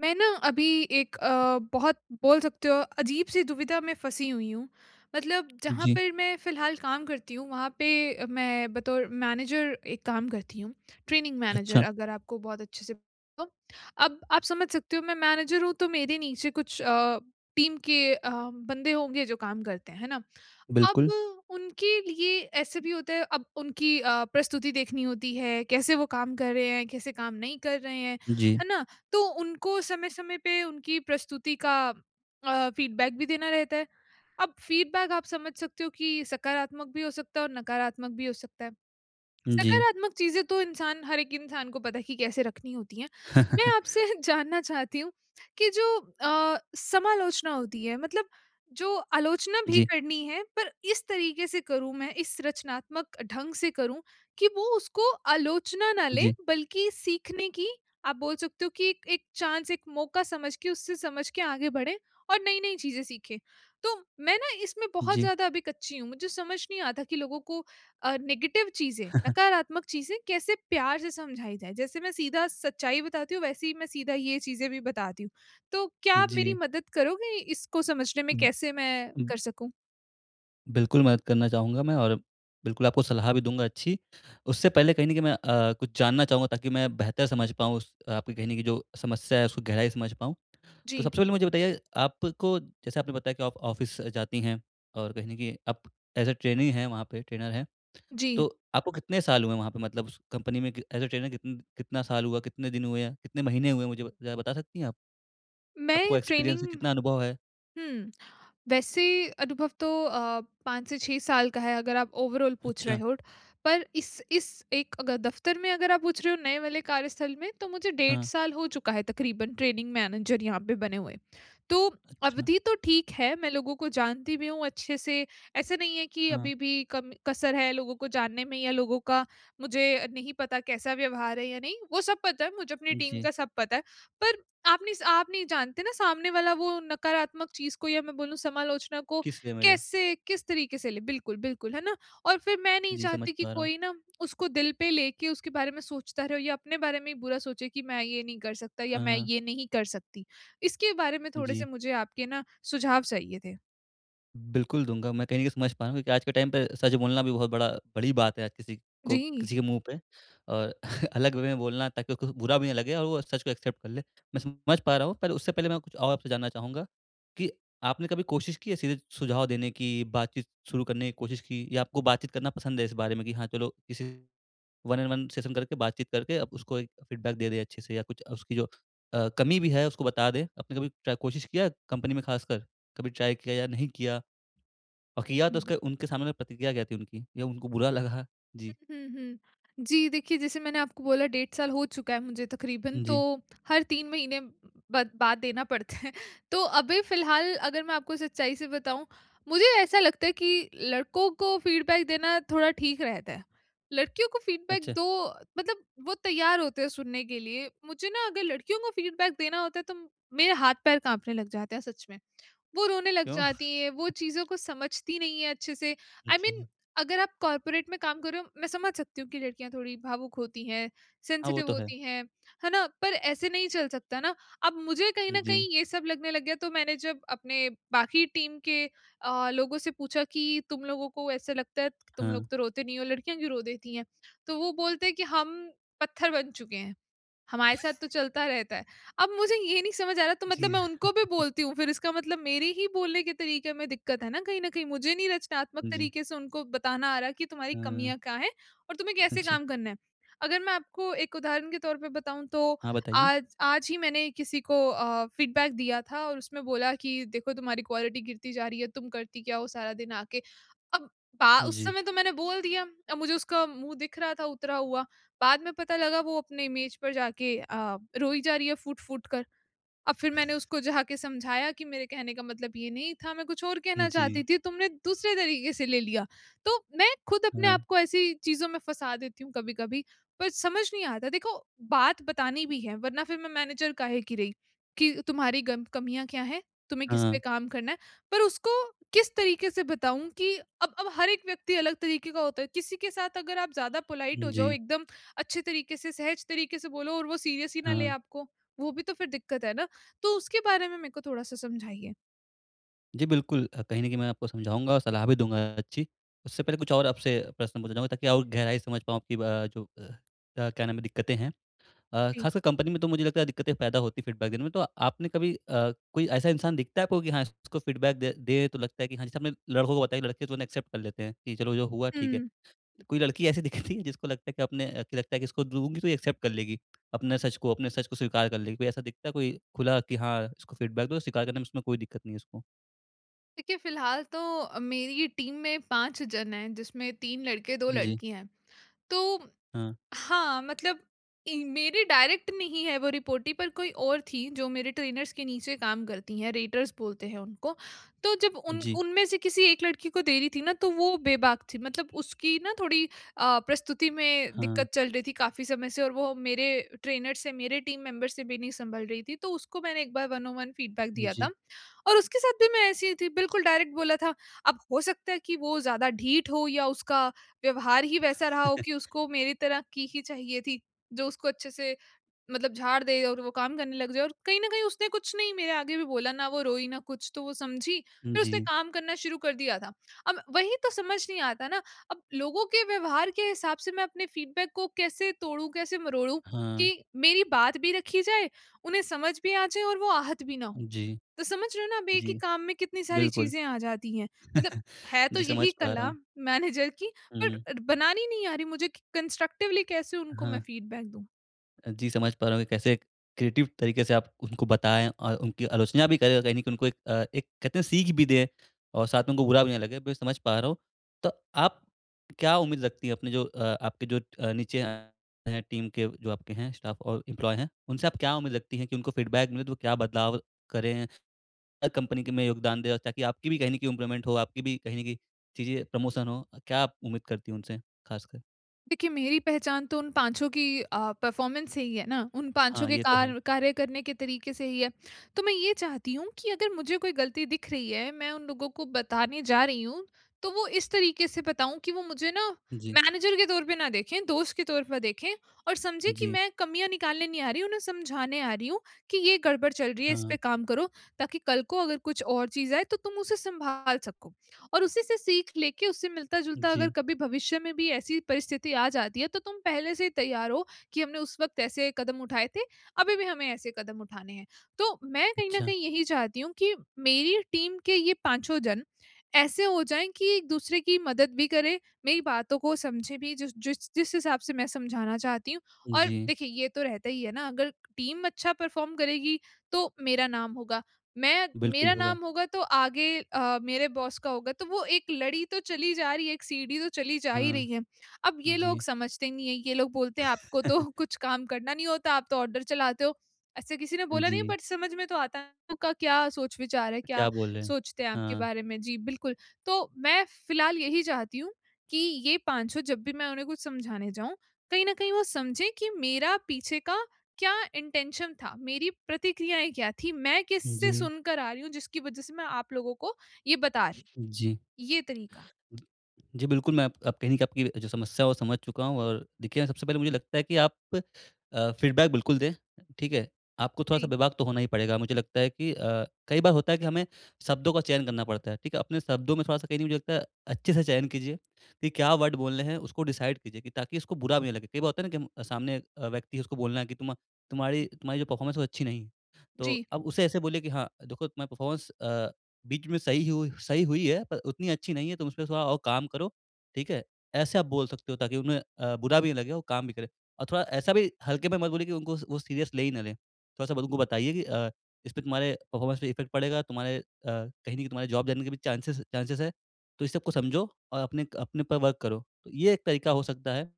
मैं ना अभी एक बहुत बोल सकते हो अजीब सी दुविधा में फंसी हुई हूँ। मतलब जहाँ जी, पर मैं फ़िलहाल काम करती हूँ वहाँ पे मैं बतौर मैनेजर एक काम करती हूँ, ट्रेनिंग मैनेजर अच्छा, अगर आपको बहुत अच्छे से तो अब आप समझ सकते हो मैं मैनेजर हूँ तो मेरे नीचे कुछ टीम के बंदे होंगे जो काम करते हैं, है ना? बिल्कुल। अब उनके लिए ऐसे भी होता है अब उनकी प्रस्तुति देखनी होती है, कैसे वो काम कर रहे हैं, कैसे काम नहीं कर रहे हैं, जी, है ना? तो उनको समय-समय पे उनकी प्रस्तुति का फीडबैक भी देना रहता है। अब फीडबैक आप समझ सकते हो कि सकारात्मक भी हो सकता है और नकारात्मक भी हो सकता है। जी, सकारात्मक चीज़ें तो इंसान हर एक इंसान को पता है कि कैसे रखनी होती हैं। मैं आपसे जानना चाहती हूँ कि जो समालोचना होती है मतलब जो आलोचना भी जी, करनी है पर इस तरीके से करूँ मैं, इस रचनात्मक ढंग से करूँ कि वो उसको आलोचना ना ले जी, बल्कि सीखने की आप बोल सकते हो कि एक एक चांस, एक मौका समझ के उससे समझ के आगे बढ़ें और नई-नई चीज़ें सीखें। तो मैं ना इसमें बहुत जी, ज़्यादा अभी कच्ची हूँ, मुझे समझ नहीं आता कि लोगों को नेगेटिव चीज़ें, नकारात्मक चीज़ें कैसे प्यार से समझाई जाए? जैसे मैं सीधा सच्चाई बताती हूँ, वैसे ही मैं सीधा ये चीज़ें भी बताती हूँ। तो क्या आप मेरी जी। मदद करोगे इसको समझने में उम, कैसे मैं उम, कर सकूँ? बिल्कुल मदद करना चाहूँगा मैं और बिल्कुल आपको सलाह भी दूँगा अच्छी। उससे पहले कहीं न कहीं मैं कुछ जानना चाहूँगा ताकि मैं बेहतर समझ पाऊँ उस आपकी कहीं न कहीं जो समस्या है उसको गहराई से समझ पाऊँ। तो जी, सबसे पहले मुझे बताइए आपको जैसे आपने बताया कि आप ऑफ़िस जाती हैं और कहीं न कहीं आप एज़ अ ट्रेनी हैं वहाँ पे, ट्रेनर हैं। जी। तो आपको कितने साल हुए वहाँ पे मतलब उस कंपनी में कि एज़ अ ट्रेनर कितना साल हुआ, कितने दिन हुए या कितने महीने हुए मुझे ब ज़रा बता सकती हैं आप? मैं आपको एक्सपीरियंस है, ट्रेनिंग कितना अनुभव है? हुँ। वैसे अनुभव तो 5 से 6 साल का है अगर आप ओवरऑल पूछ रहे अच्छा, हो। पर इस एक अगर दफ़्तर में अगर आप पूछ रहे हो नए वाले कार्यस्थल में तो मुझे डेढ़ हाँ, साल हो चुका है तकरीबन ट्रेनिंग मैनेजर यहाँ पे बने हुए। तो अच्छा, अवधि तो ठीक है, मैं लोगों को जानती भी हूँ अच्छे से। ऐसा नहीं है कि हाँ, अभी भी कम कसर है लोगों को जानने में या लोगों का मुझे नहीं पता कैसा व्यवहार है या नहीं, वो सब पता है, मुझे अपनी टीम का जी, सब पता है। पर आप नहीं जानते ना सामने वाला वो नकारात्मक चीज़ को या मैं बोलूँ समालोचना को किस वे मिले? कैसे, किस तरीके से ले बिल्कुल, बिल्कुल, है ना? और फिर मैं नहीं जी, समझ चाहती कि पा रहा हूँ। कोई ना उसको दिल पे लेके उसके बारे में सोचता रहे या अपने बारे में ही बुरा सोचे कि मैं ये नहीं कर सकता या हाँ, मैं हाँ, ये नहीं कर सकती। इसके बारे में जी। थोड़े-से मुझे आपके ना सुझाव चाहिए थे। बिल्कुल दूँगा, मैं कहीं न कहीं समझ पा रहा हूँ क्योंकि आज के टाइम पे सच बोलना भी बहुत बड़ा बड़ी बात है, आज किसी को जी। किसी के मुँह पे और अलग वे में बोलना ताकि उसको बुरा भी ना लगे और वो सच को एक्सेप्ट कर ले। मैं समझ पा रहा हूँ पर उससे पहले मैं कुछ और आपसे जानना चाहूँगा कि आपने कभी कोशिश की है सीधे सुझाव देने की, बातचीत शुरू करने की कोशिश की या आपको बातचीत करना पसंद है इस बारे में कि हाँ, चलो किसी वन ऑन वन सेशन करके बातचीत करके अब उसको एक फीडबैक दे दें अच्छे से या कुछ उसकी जो कमी भी है उसको बता दें? आपने कभी ट्राई कोशिश किया है कंपनी में खासकर? कभी ट्राई किया या नहीं किया? और किया तो उसका उनके सामने तो प्रतिक्रिया क्या थी उनकी? या उनको बुरा लगा? जी। हुँ, हुँ। जी, देखिए जैसे मैंने आपको बोला 1.5 साल हो चुका है मुझे तकरीबन तो जी। हर 3 महीने बद बाद देना पड़ता है। तो अभी फ़िलहाल अगर मैं आपको सच्चाई से बताऊँ, मुझे ऐसा लगता है कि लड़कों को फ़ीडबैक देना थोड़ा ठीक रहता है। लड़कियों को फ़ीडबैक अच्छा। दो मतलब वो तैयार होते हैं सुनने के लिए। मुझे ना अगर लड़कियों को फ़ीडबैक देना होता है तो मेरे हाथ-पैर काँपने लग जाते हैं सच में। वो रोने लग क्यों? जाती है, वो चीज़ों को समझती नहीं है अच्छे से। आई I मीन mean, जी। अगर आप कॉर्पोरेट में काम कर रहे हो, मैं समझ सकती हूँ कि लड़कियाँ थोड़ी भावुक होती हैं, हाँ, वो सेंसिटिव तो है। होती हैं, है ना? पर ऐसे नहीं चल सकता ना। अब मुझे कहीं न जी। कहीं ये सब लगने लग गया, तो मैंने जब अपने बाकी टीम के लोगों से पूछा कि तुम लोगों को ऐसा लगता है, तुम लोग हाँ। तो रोते नहीं हो, लड़कियाँ क्यों रो देती हैं? तो वो बोलते हैं कि हम पत्थर बन चुके हैं। हमारे साथ तो चलता रहता है। अब मुझे ये नहीं समझ आ रहा तो मतलब जी। मैं उनको भी बोलती हूँ, फिर इसका मतलब मेरे ही बोलने के तरीके में दिक्कत है ना कहीं न कहीं। मुझे नहीं रचनात्मक जी। तरीके से उनको बताना आ रहा कि तुम्हारी हाँ। कमियाँ क्या हैं और तुम्हें कैसे जी। काम करना है। अगर मैं आपको एक उदाहरण के तौर पे बताऊँ तो हाँ, बताइए? आज आज ही मैंने किसी को फीडबैक दिया था और उसमें बोला कि देखो तुम्हारी क्वालिटी गिरती जा रही है, तुम करती क्या हो सारा दिन आके? अब बा उस जी। समय तो मैंने बोल दिया, अब मुझे उसका मुँह दिख रहा था उतरा हुआ, बाद में पता लगा वो अपने इमेज पर जाके रोई जा रही है फूट-फूट कर। अब फिर मैंने उसको जाके समझाया कि मेरे कहने का मतलब ये नहीं था, मैं कुछ और कहना जी। चाहती थी, तुमने दूसरे तरीके से ले लिया। तो मैं खुद अपने हाँ। आप को ऐसी चीज़ों में फँसा देती हूँ कभी-कभी, पर समझ नहीं आता। देखो, बात बतानी भी है, वरना फिर मैं मैनेजर काहे की रही कि तुम्हारी गम कमियाँ क्या हैं, तुम्हें किस पे हाँ। काम करना है। पर उसको किस तरीके से बताऊँ कि अब हर एक व्यक्ति अलग तरीके का होता है। किसी के साथ अगर आप ज़्यादा पोलाइट हो जाओ, जी। एकदम अच्छे तरीके से, सहज तरीके से बोलो और वो सीरियस ही ना ले हाँ। आपको, वो भी तो फिर दिक्कत है ना। तो उसके बारे में मेरे को थोड़ा-सा समझाइए? जी, बिल्कुल कहीं न कहीं मैं आपको समझाऊँगा और सलाह भी दूँगा अच्छी। उससे पहले कुछ और आपसे प्रश्न पूछना चाहूँगा ताकि और गहराई से समझ पाऊँ आपकी ब जो क्या नाम है दिक्कतें हैं। जी। खासकर कंपनी में तो मुझे लगता है दिक्कतें पैदा होती फीडबैक देने में। तो आपने कभी कोई ऐसा इंसान दिखता है आपको कि हाँ, इसको फीडबैक दे दे तो लगता है कि हाँ, जैसे आपने लड़कों को बताया, लड़के तो उन्हें एक्सेप्ट कर लेते हैं कि चलो जो हुआ ठीक है। हुँ। कोई लड़की ऐसी दिखती है जिसको लगता है कि आपने कि लगता है कि इसको दूँगी तो ये एक्सेप्ट कर लेगी, अपने सच को स्वीकार कर लेगी। कोई ऐसा दिखता है कोई खुला कि हाँ, इसको फीडबैक दो, स्वीकार करने में उसमें कोई दिक्कत नहीं है उसको? देखिए, फ़िलहाल तो मेरी टीम में 5 जन हैं, जिसमें 3 लड़के, 2 जी, लड़की हैं। तो हाँ, हाँ, मतलब इ मेरी डायरेक्ट नहीं है वो रिपोर्टी पर कोई और थी जो मेरे ट्रेनर्स के नीचे काम करती हैं, रेटर्स बोलते हैं उनको। तो जब उन जी, उनमें से किसी एक लड़की को दे रही थी ना तो वो बेबाक थी मतलब उसकी ना थोड़ी प्रस्तुति में हाँ, दिक्कत चल रही थी काफ़ी समय से और वो मेरे ट्रेनर से, मेरे टीम मेंबर से भी नहीं सँभल रही थी। तो उसको मैंने एक बार वन ऑन वन फीडबैक दिया था जी, और उसके साथ भी मैं ऐसी ही थी, बिल्कुल डायरेक्ट बोला था। अब हो सकता है कि वो ज़्यादा ढीठ हो या उसका व्यवहार ही वैसा रहा हो कि उसको मेरी तरह की ही चाहिए थी, जो उसको अच्छे से मतलब झाड़ दे और वो काम करने लग जाए और कहीं न कहीं उसने कुछ नहीं मेरे आगे भी बोला, ना वो रोई, ना कुछ, तो वो समझी, फिर उसने जी, काम करना शुरू कर दिया था। अब वही तो समझ नहीं आता ना, अब लोगों के व्यवहार के हिसाब से मैं अपने फीडबैक को कैसे तोड़ूँ, कैसे मरोड़ूँ हाँ, कि मेरी बात भी रखी जाए, उन्हें समझ भी आ जाए और वो आहत भी ना हो। जी, तो समझ रहे हो ना आप एक ही जी, काम में कितनी सारी बिल्कुल। चीज़ें आ जाती हैं। मतलब है तो जी, यही समझ पा रहा कला हूँ। मैनेजर की हुँ, पर बनानी नहीं आ रही मुझे कि कंस्ट्रक्टिवली कैसे उनको मैं हाँ। फीडबैक दूँ? जी, समझ पा रहा हूँ कि कैसे क्रिएटिव तरीके से आप उनको बताएँ और उनकी आलोचना भी करें और कहीं न कहीं उनको एक कहते हैं सीख भी दें और साथ में उनको बुरा भी ना लगे, मैं समझ पा रहा हूँ। तो आप क्या उम्मीद रखती हैं अपने जो आपके जो नीचे हैं टीम के जो आपके हैं स्टाफ और एम्प्लॉयी हैं, उनसे आप क्या उम्मीद रखती हैं कि उनको फीडबैक मिले तो वो क्या बदलाव करें या कंपनी के में योगदान दें और ताकि आपकी भी कहीं न कहीं इम्प्रूवमेंट हो, आपकी भी कहीं न कहीं चीज़ें प्रमोशन हो, क्या आप उम्मीद करती हैं उनसे ख़ासकर? देखिए, मेरी पहचान तो उन पाँचों की परफ़ॉर्मेंस से ही है ना, उन पाँचों हाँ, के ये तो है। कार्य करने के तरीके से ही है। तो मैं ये चाहती हूँ कि अगर मुझे कोई गलती दिख रही है, मैं उन लोगों को बताने जा रही हूँ, तो वो इस तरीके से बताऊँ कि वो मुझे ना जी, मैनेजर के तौर पे ना देखें, दोस्त के तौर पर देखें और समझें कि जी। मैं कमियाँ निकालने नहीं आ रही, उन्हें समझाने आ रही हूँ कि ये गड़बड़ चल रही है, इस हाँ, पे काम करो, ताकि कल को अगर कुछ और चीज़ आए, तो तुम उसे सँभाल सको। और उसी से सीख लेके उससे मिलता-जुलता अगर जी, कभी भविष्य में भी ऐसी परिस्थिति आ जाती है तो तुम पहले से ही तैयार हो कि हमने उस वक़्त ऐसे कदम उठाए थे, अभी भी हमें ऐसे कदम उठाने हैं। तो मैं कहीं न अच्छा। कहीं यही चाहती हूँ कि मेरी टीम के ये पाँचों जन ऐसे हो जाएँ कि एक-दूसरे की मदद भी करें, मेरी बातों को समझें भी जिस जिस जिस हिसाब से मैं समझाना चाहती हूँ। और जी, देखिए ये तो रहता ही है ना अगर टीम अच्छा परफ़ॉर्म करेगी तो मेरा नाम होगा। मैं बिल्कुल मेरा होगा। नाम होगा तो आगे मेरे बॉस का होगा, तो वो एक लड़ी तो चली जा रही है, एक सीढ़ी तो चली जा ही हाँ, रही है। अब ये लोग जी, समझते नहीं है, ये लोग बोलते हैं आपको तो कुछ काम करना नहीं होता, आप तो ऑर्डर चलाते हो। ऐसे किसी ने बोला नहीं जी, बट समझ में तो आता है उनका क्या सोच विचार है, क्या क्या बोल रहे हैं? सोचते हैं आपके हाँ, बारे में। जी, बिल्कुल। तो मैं फिलहाल यही चाहती हूँ कि ये पाँचों जब भी मैं उन्हें कुछ समझाने जाऊँ, कहीं न कहीं वो समझें कि मेरा पीछे का क्या इंटेंशन था? मेरी प्रतिक्रियाएँ क्या थी? मैं किससे जी, सुनकर आ रही हूँ जिसकी वज़ह से मैं आप लोगों को ये बता रही जी। हूँ। ये तरीका। जी, बिल्कुल, मैं आप कहीं न कहीं आपकी जो समस्या है वो समझ चुका हूँ और देखिए सबसे पहले मुझे लगता है कि आप फीडबैक बिल्कुल दें, ठीक है? आपको थोड़ा-सा जी, बेबाक तो होना ही पड़ेगा। मुझे लगता है कि कई बार होता है कि हमें शब्दों का चयन करना पड़ता है, ठीक है? अपने शब्दों में थोड़ा-सा कहीं न कहीं नहीं, मुझे लगता है अच्छे से चयन कीजिए कि क्या वर्ड बोलने हैं उसको डिसाइड कीजिए कि ताकि उसको बुरा भी ना लगे। कई बार होता है ना कि हम सामने एक, व्यक्ति है उसको बोलना है कि तुम्हारी जो परफ़ॉर्मेंस है वो अच्छी नहीं है। तो जी। अब उसे ऐसे बोलिए कि हाँ, देखो तुम्हारी परफ़ॉर्मेंस बीच में सही हुई है पर उतनी अच्छी नहीं है, तुम उसपे थोड़ा और काम करो, ठीक है? ऐसे आप बोल सकते हो ताकि उन्हें बुरा भी नहीं लगे और काम भी करें। और थोड़ा ऐसा भी हल्के में मत बोलिए कि उनको वो सीरियस ले ही ना लें। थोड़ा-सा उनको बताइए कि इस पे तुम्हारे परफॉर्मेंस पे इफ़ेक्ट पड़ेगा, तुम्हारे कहीं न कहीं तुम्हारे जॉब जाने के भी चांसेस चांसेस है, तो इस सबको समझो और अपने अपने पर वर्क करो। तो ये एक तरीका हो सकता है।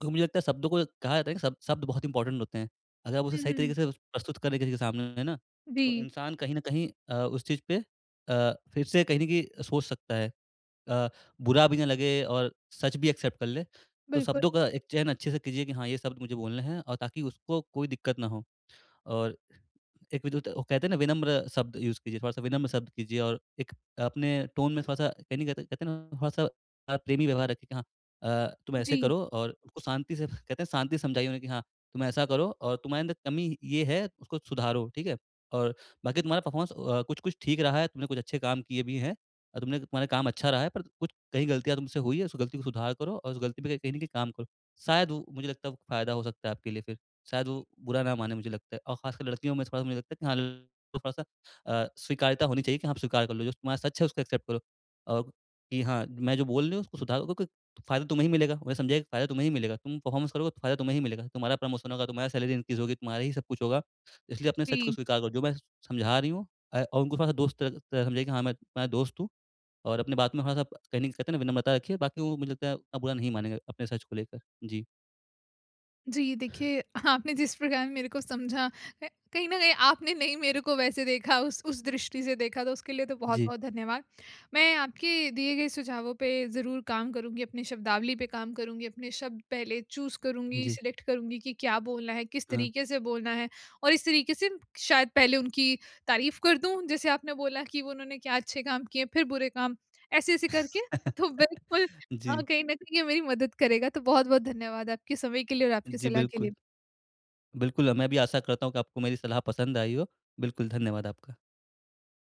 क्योंकि मुझे लगता है शब्दों को कहा जाता है कि शब्द शब्द बहुत इंपॉर्टेंट होते हैं। अगर आप उसे हुँ, सही हुँ। तरीके से प्रस्तुत करें किसी के सामने है ना, तो जी, इंसान कहीं न कहीं उस चीज़ पे फिर से कहीं न कहीं सोच सकता है। अ, बुरा भी ना लगे और सच भी एक्सेप्ट कर ले। तो बिल्कुल। शब्दों का एक चयन अच्छे से कीजिए कि हाँ, ये शब्द मुझे बोलने हैं और ताकि उसको कोई दिक्कत ना हो और एक विद्युत वो कहते हैं ना विनम्र शब्द यूज़ कीजिए, थोड़ा-सा विनम्र शब्द कीजिए और एक अपने टोन में थोड़ा-सा कहीं न कहते कहते हैं ना थोड़ा-सा प्रेमी व्यवहार रखिए कि हाँ तुम ऐसे जी, करो और उसको शांति से कहते हैं शांति से समझाइए उन्हें कि हाँ, तुम ऐसा करो और तुम्हारे अंदर कमी ये है, उसको सुधारो, ठीक है? और बाकी तुम्हारा परफॉर्मेंस कुछ-कुछ ठीक रहा है, तुमने कुछ अच्छे काम किए भी हैं और तुमने तुम्हारा काम अच्छा रहा है, पर कुछ कहीं गलतियाँ तुमसे हुई है, उस गलती को सुधार करो और उस गलती पे कहीं न कहीं काम करो। शायद वो मुझे लगता है फ़ायदा हो सकता है आपके लिए फिर। शायद वो बुरा ना माने मुझे लगता है और ख़ासकर लड़कियों में थोड़ा-सा मुझे लगता है कि हाँ, लड़कों को थोड़ा-सा स्वीकार्यता होनी चाहिए कि हाँ, आप स्वीकार कर लो, जो तुम्हारा सच है उसको एक्सेप्ट करो और कि हाँ, मैं जो बोल रही हूँ उसको सुधारो क्योंकि फ़ायदा तुम्हें ही मिलेगा। उन्हें समझाइए कि फ़ायदा तुम्हें ही मिलेगा। तुम परफ़ॉर्मेंस करोगे तो फ़ायदा तुम्हें ही मिलेगा। तुम्हारा प्रमोशन होगा, तुम्हारी सैलरी इंक्रीज़ होगी, तुम्हारा ही सब कुछ होगा। इसलिए अपने सच को जी। स्वीकार करो। जो मैं समझा रही हूँ और उनको थोड़ा-सा दोस्त तरह तरह समझाइए कि हाँ, मैं तुम्हारा दोस्त हूँ और अपनी बात में थोड़ा-सा कहीं न कहते हैं ना विनम्रता रखिए, बाकी वो मुझे लगता है उतना बुरा नहीं मानेंगे अपने सच को लेकर। जी। जी, देखिए आपने जिस प्रकार मेरे को समझा क कहीं न कहीं आपने नहीं मेरे को वैसे देखा उस दृष्टि से देखा तो उसके लिए तो जी, बहुत-बहुत धन्यवाद। मैं आपके दिए गए सुझावों पे ज़रूर काम करूँगी, अपनी शब्दावली पे काम करूँगी, अपने शब्द पहले चूज़ करूँगी, जी। सिलेक्ट करूँगी कि क्या बोलना है, किस हाँ। तरीके से बोलना है और इस तरीके से शायद पहले उनकी तारीफ़ कर दूँ, जैसे आपने बोला कि वो उन्होंने क्या अच्छे काम किए, फिर बुरे काम, ऐसे-ऐसे करके तो बिल्कुल हाँ, जी। कहीं न कहीं ये मेरी मदद करेगा, तो बहुत-बहुत धन्यवाद आपके समय के लिए और आपकी जी, सलाह के बिल्कुल। लिए। बिल्कुल, मैं भी आशा करता हूँ कि आपको मेरी सलाह पसंद आई हो। बिल्कुल, धन्यवाद आपका।